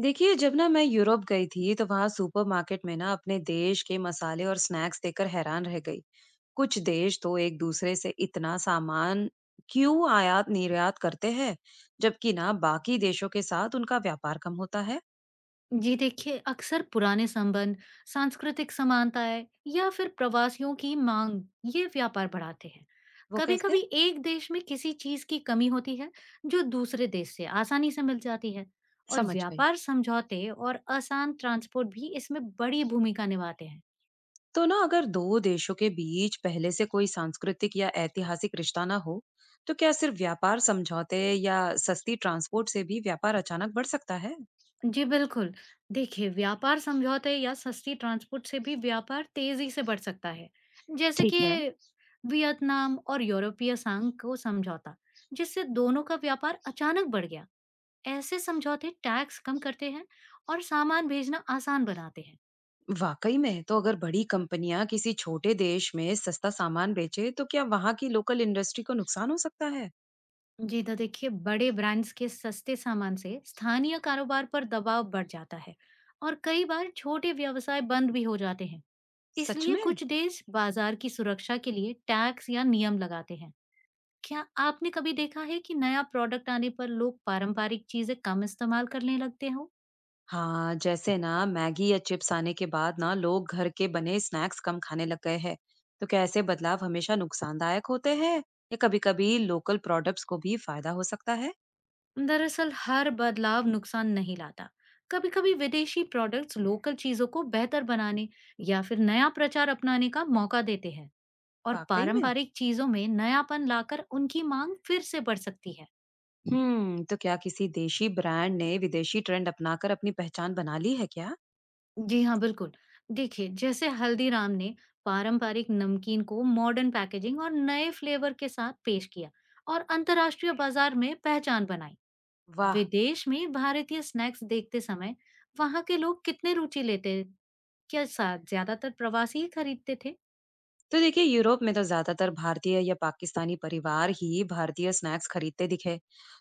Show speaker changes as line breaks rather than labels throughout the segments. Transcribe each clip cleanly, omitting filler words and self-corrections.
देखिए, जब ना मैं यूरोप गई थी तो वहां सुपरमार्केट में ना अपने देश के मसाले और स्नैक्स देखकर हैरान रह गई। कुछ देश तो एक दूसरे से इतना सामान क्यों आयात निर्यात करते हैं, जबकि ना बाकी देशों के साथ उनका व्यापार कम होता है।
जी देखिए, अक्सर पुराने संबंध, सांस्कृतिक समानताएं या फिर प्रवासियों की मांग ये व्यापार बढ़ाते हैं।
वो
कभी
कैसे?
कभी एक देश में किसी चीज की कमी होती है जो दूसरे देश से आसानी से मिल जाती है। और
समझ गई।
व्यापार समझौते और आसान ट्रांसपोर्ट भी इसमें बड़ी भूमिका निभाते हैं।
तो ना अगर दो देशों के बीच पहले से कोई सांस्कृतिक या ऐतिहासिक रिश्ता ना हो, तो क्या सिर्फ व्यापार समझौते या सस्ती ट्रांसपोर्ट से भी व्यापार अचानक बढ़ सकता है?
जी बिल्कुल। देखिए, व्यापार समझौते या सस्ती ट्रांसपोर्ट से भी व्यापार तेज़ी से बढ़ सकता है। जैसे
ठीक
कि
है।
वियतनाम और यूरोपीय संघ को समझौता, जिससे दोनों का व्यापार अचानक बढ़ गया। ऐसे समझौते टैक्स कम करते हैं और सामान भेजना आसान बनाते हैं।
वाकई में, तो अगर बड़ी कंपनियां किसी छोटे देश में सस्ता सामान बेचे तो क्या वहां की लोकल इंडस्ट्री को नुकसान हो सकता है?
जी तो देखिए, बड़े ब्रांड्स के सस्ते सामान से स्थानीय कारोबार पर दबाव बढ़ जाता है और कई बार छोटे व्यवसाय बंद भी हो जाते हैं।
सच
इसलिए
में।
कुछ देश बाजार की सुरक्षा के लिए टैक्स या नियम लगाते हैं। क्या आपने कभी देखा है कि नया प्रोडक्ट आने पर लोग पारंपरिक चीजें कम इस्तेमाल करने लगते हो?
हाँ, जैसे ना मैगी या चिप्स आने के बाद ना लोग घर के बने स्नैक्स कम खाने लग गए हैं। तो क्या ऐसे बदलाव हमेशा नुकसानदायक होते हैं, या कभी-कभी लोकल प्रोडक्ट्स को भी फायदा हो सकता है?
दरअसल हर बदलाव नुकसान नहीं लाता। कभी-कभी विदेशी प्रोडक्ट्स लोकल चीजों को बेहतर बनाने या फिर नया प्रचार अपनाने का मौका देते हैं, और
वाकई में।
पारंपरिक चीजों में नयापन लाकर उनकी मांग फिर से बढ़ सकती है।
हम्म, तो क्या किसी देशी ब्रांड ने विदेशी ट्रेंड अपनाकर अपनी पहचान बना ली है क्या?
जी हाँ, बिल्कुल। देखिए, जैसे हल्दीराम ने पारंपरिक नमकीन को मॉडर्न पैकेजिंग और नए फ्लेवर के साथ पेश किया और अंतर्राष्ट्रीय बाजार में पहचान बनाई।
वाह।
विदेश में भारतीय स्नैक्स देखते समय वहाँ के लोग कितने रुचि लेते के साथ ज्यादातर प्रवासी ही खरीदते थे।
तो देखिए, यूरोप में तो ज्यादातर भारतीय या पाकिस्तानी परिवार ही भारतीय स्नैक्स खरीदते दिखे।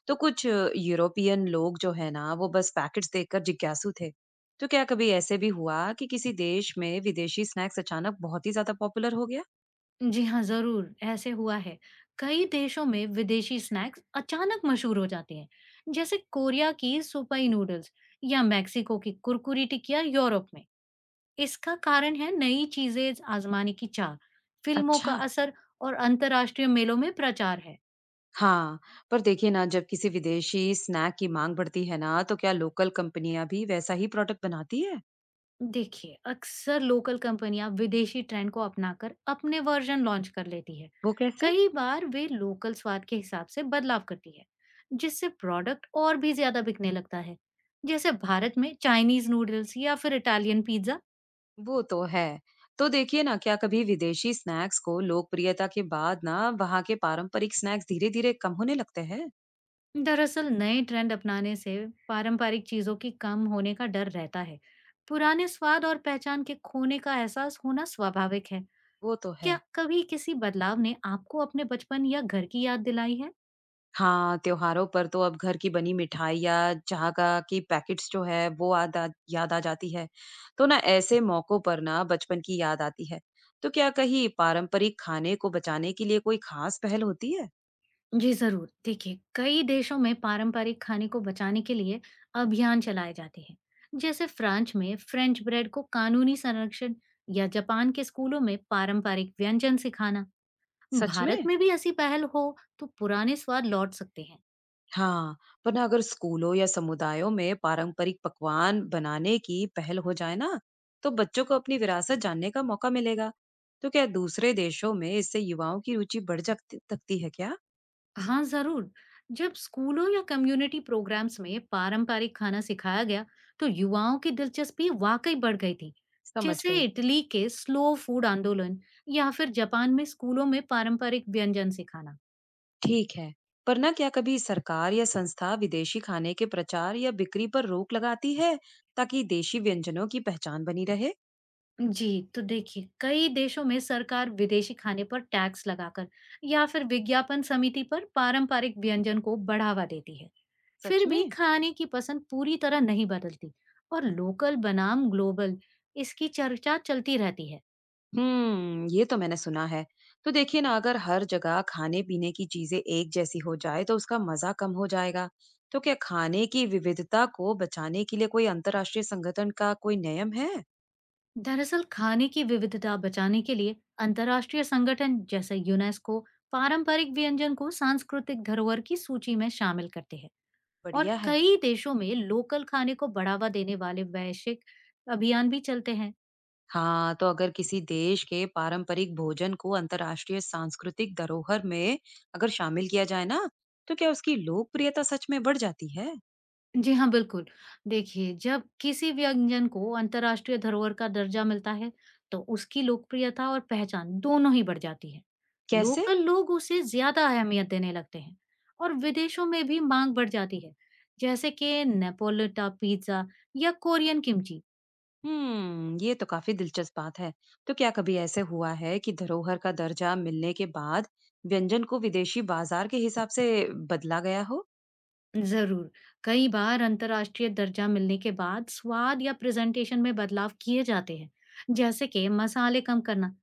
तो कुछ यूरोपियन लोग जो है ना वो बस पैकेट्स देखकर जिज्ञासु थे। तो क्या कभी ऐसे भी हुआ कि किसी देश में विदेशी स्नैक्स अचानक बहुत ही ज्यादा पॉपुलर हो गया?
जी हाँ, जरूर ऐसे हुआ है। कई देशों में विदेशी स्नैक्स अचानक मशहूर हो जाते हैं, जैसे कोरिया की सुपई नूडल्स या मेक्सिको की कुरकुरी टिकिया यूरोप में। इसका कारण है नई चीजें आजमाने की चाह, फिल्मों का
अच्छा।
असर और अंतर्राष्ट्रीय मेलों में प्रचार है।
हाँ। पर देखिए ना, जब किसी विदेशी स्नैक की मांग बढ़ती है ना, तो क्या लोकल कंपनियां भी वैसा ही प्रोडक्ट बनाती है?
देखिए, अक्सर लोकल कंपनियां विदेशी ट्रेंड को अपनाकर अपने वर्जन लॉन्च कर लेती है।
वो कैसे?
कई बार वे लोकल स्वाद के हिसाब से बदलाव करती है, जिससे प्रोडक्ट और भी ज्यादा बिकने लगता है। जैसे भारत में चाइनीज नूडल्स या फिर इटालियन पिज्जा।
वो तो है। तो देखिए ना, क्या कभी विदेशी स्नैक्स को लोकप्रियता के बाद ना वहाँ के पारंपरिक स्नैक्स धीरे-धीरे कम होने लगते हैं?
दरअसल नए ट्रेंड अपनाने से पारंपरिक चीजों की कम होने का डर रहता है। पुराने स्वाद और पहचान के खोने का एहसास होना स्वाभाविक है।
वो तो है।
क्या कभी किसी बदलाव ने आपको अपने बचपन या घर की याद दिलाई है?
हाँ, त्योहारों पर तो अब घर की बनी मिठाई या चाह का की पैकेट्स जो है, वो याद आ जाती है। तो ना ऐसे मौकों पर ना बचपन की याद आती है। तो क्या कहीं पारंपरिक खाने को बचाने के लिए कोई खास पहल होती है?
जी जरूर, देखिए, कई देशों में पारंपरिक खाने को बचाने के लिए अभियान चलाए जाते हैं। जैसे फ्रांस में फ्रेंच ब्रेड को कानूनी संरक्षण या जापान के स्कूलों में पारंपरिक व्यंजन सिखाना।
सच
भारत
में?
में भी ऐसी पहल हो तो पुराने स्वाद लौट सकते हैं।
हाँ। पर ना अगर स्कूलों या समुदायों में पारंपरिक पकवान बनाने की पहल हो जाए ना, तो बच्चों को अपनी विरासत जानने का मौका मिलेगा। तो क्या दूसरे देशों में इससे युवाओं की रुचि बढ़ सकती सकती है क्या?
हाँ जरूर। जब स्कूलों या कम्युनिटी प्रोग्राम्स में पारंपरिक खाना सिखाया गया तो युवाओं की दिलचस्पी वाकई बढ़ गई थी।
समझ
जैसे
गई।
इटली के स्लो फूड आंदोलन या फिर जापान में स्कूलों में पारंपरिक व्यंजन सिखाना।
ठीक है। पर ना क्या कभी सरकार या संस्था विदेशी खाने के प्रचार या बिक्री पर रोक लगाती है, ताकि देशी व्यंजनों की पहचान बनी रहे?
जी, तो देखिए, कई देशों में सरकार विदेशी खाने पर टैक्स लगाकर या फिर विज्ञापन समिति पर पारंपरिक व्यंजन को बढ़ावा देती है।
सच
फिर भी
में।
खाने की पसंद पूरी तरह नहीं बदलती, और लोकल बनाम ग्लोबल इसकी चर्चा चलती रहती है।
हम्म, ये तो मैंने सुना है। तो देखिए ना, अगर हर जगह खाने पीने की चीजें एक जैसी हो जाए तो उसका मजा कम हो जाएगा। तो क्या खाने की विविधता को बचाने के लिए कोई अंतर्राष्ट्रीय संगठन का कोई नियम है?
दरअसल खाने की विविधता बचाने के लिए अंतर्राष्ट्रीय संगठन जैसे यूनेस्को पारंपरिक व्यंजन को सांस्कृतिक धरोहर की सूची में शामिल करते हैं। और
बढ़िया है।
कई देशों में लोकल खाने को बढ़ावा देने वाले वैश्विक अभियान भी चलते हैं।
हाँ, तो अगर किसी देश के पारंपरिक भोजन को अंतर्राष्ट्रीय सांस्कृतिक धरोहर में अगर शामिल किया जाए ना, तो क्या उसकी लोकप्रियता सच में बढ़ जाती है?
जी हाँ, बिल्कुल। देखिए, जब किसी व्यंजन को अंतर्राष्ट्रीय धरोहर का दर्जा मिलता है, तो उसकी लोकप्रियता और पहचान दोनों ही बढ़ जाती है।
कैसे?
लोकल लोग उसे ज़्यादा अहमियत देने लगते हैं और विदेशों में भी मांग बढ़ जाती है, जैसे कि नेपोलिटा पिज़्ज़ा या कोरियन किमची।
हम्म, ये तो काफी दिलचस्प बात है। तो क्या कभी ऐसे हुआ है कि धरोहर का दर्जा मिलने के बाद व्यंजन को विदेशी बाजार के हिसाब से बदला गया हो?
ज़रूर। कई बार अंतर्राष्ट्रीय दर्जा मिलने के बाद स्वाद या प्रेज़ेंटेशन में बदलाव किए जाते हैं, जैसे कि मसाले कम करना।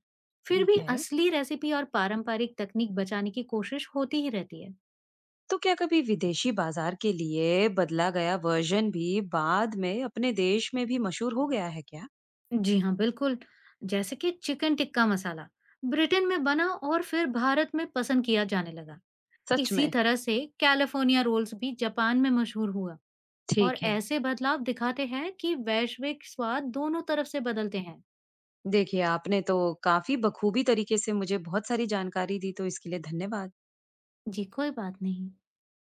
फिर
ठीक
भी
है।
असली रेसिपी और पारंपरिक तकनीक बचाने की कोशिश होती ही रहती है।
तो क्या कभी विदेशी बाजार के लिए बदला गया वर्जन भी बाद में अपने देश में भी मशहूर हो गया है क्या?
जी हाँ, बिल्कुल। जैसे कि चिकन टिक्का मसाला, ब्रिटेन में बना और फिर भारत में पसंद किया जाने लगा।
सच
इसी
में।
तरह से कैलिफ़ोर्निया रोल्स भी जापान में मशहूर हुआ, और
ठीक है।
ऐसे बदलाव दिखाते हैं कि वैश्विक स्वाद दोनों तरफ से बदलते हैं।
देखिए, आपने तो काफी बखूबी तरीके से मुझे बहुत सारी जानकारी दी, तो इसके लिए धन्यवाद।
जी, कोई बात नहीं।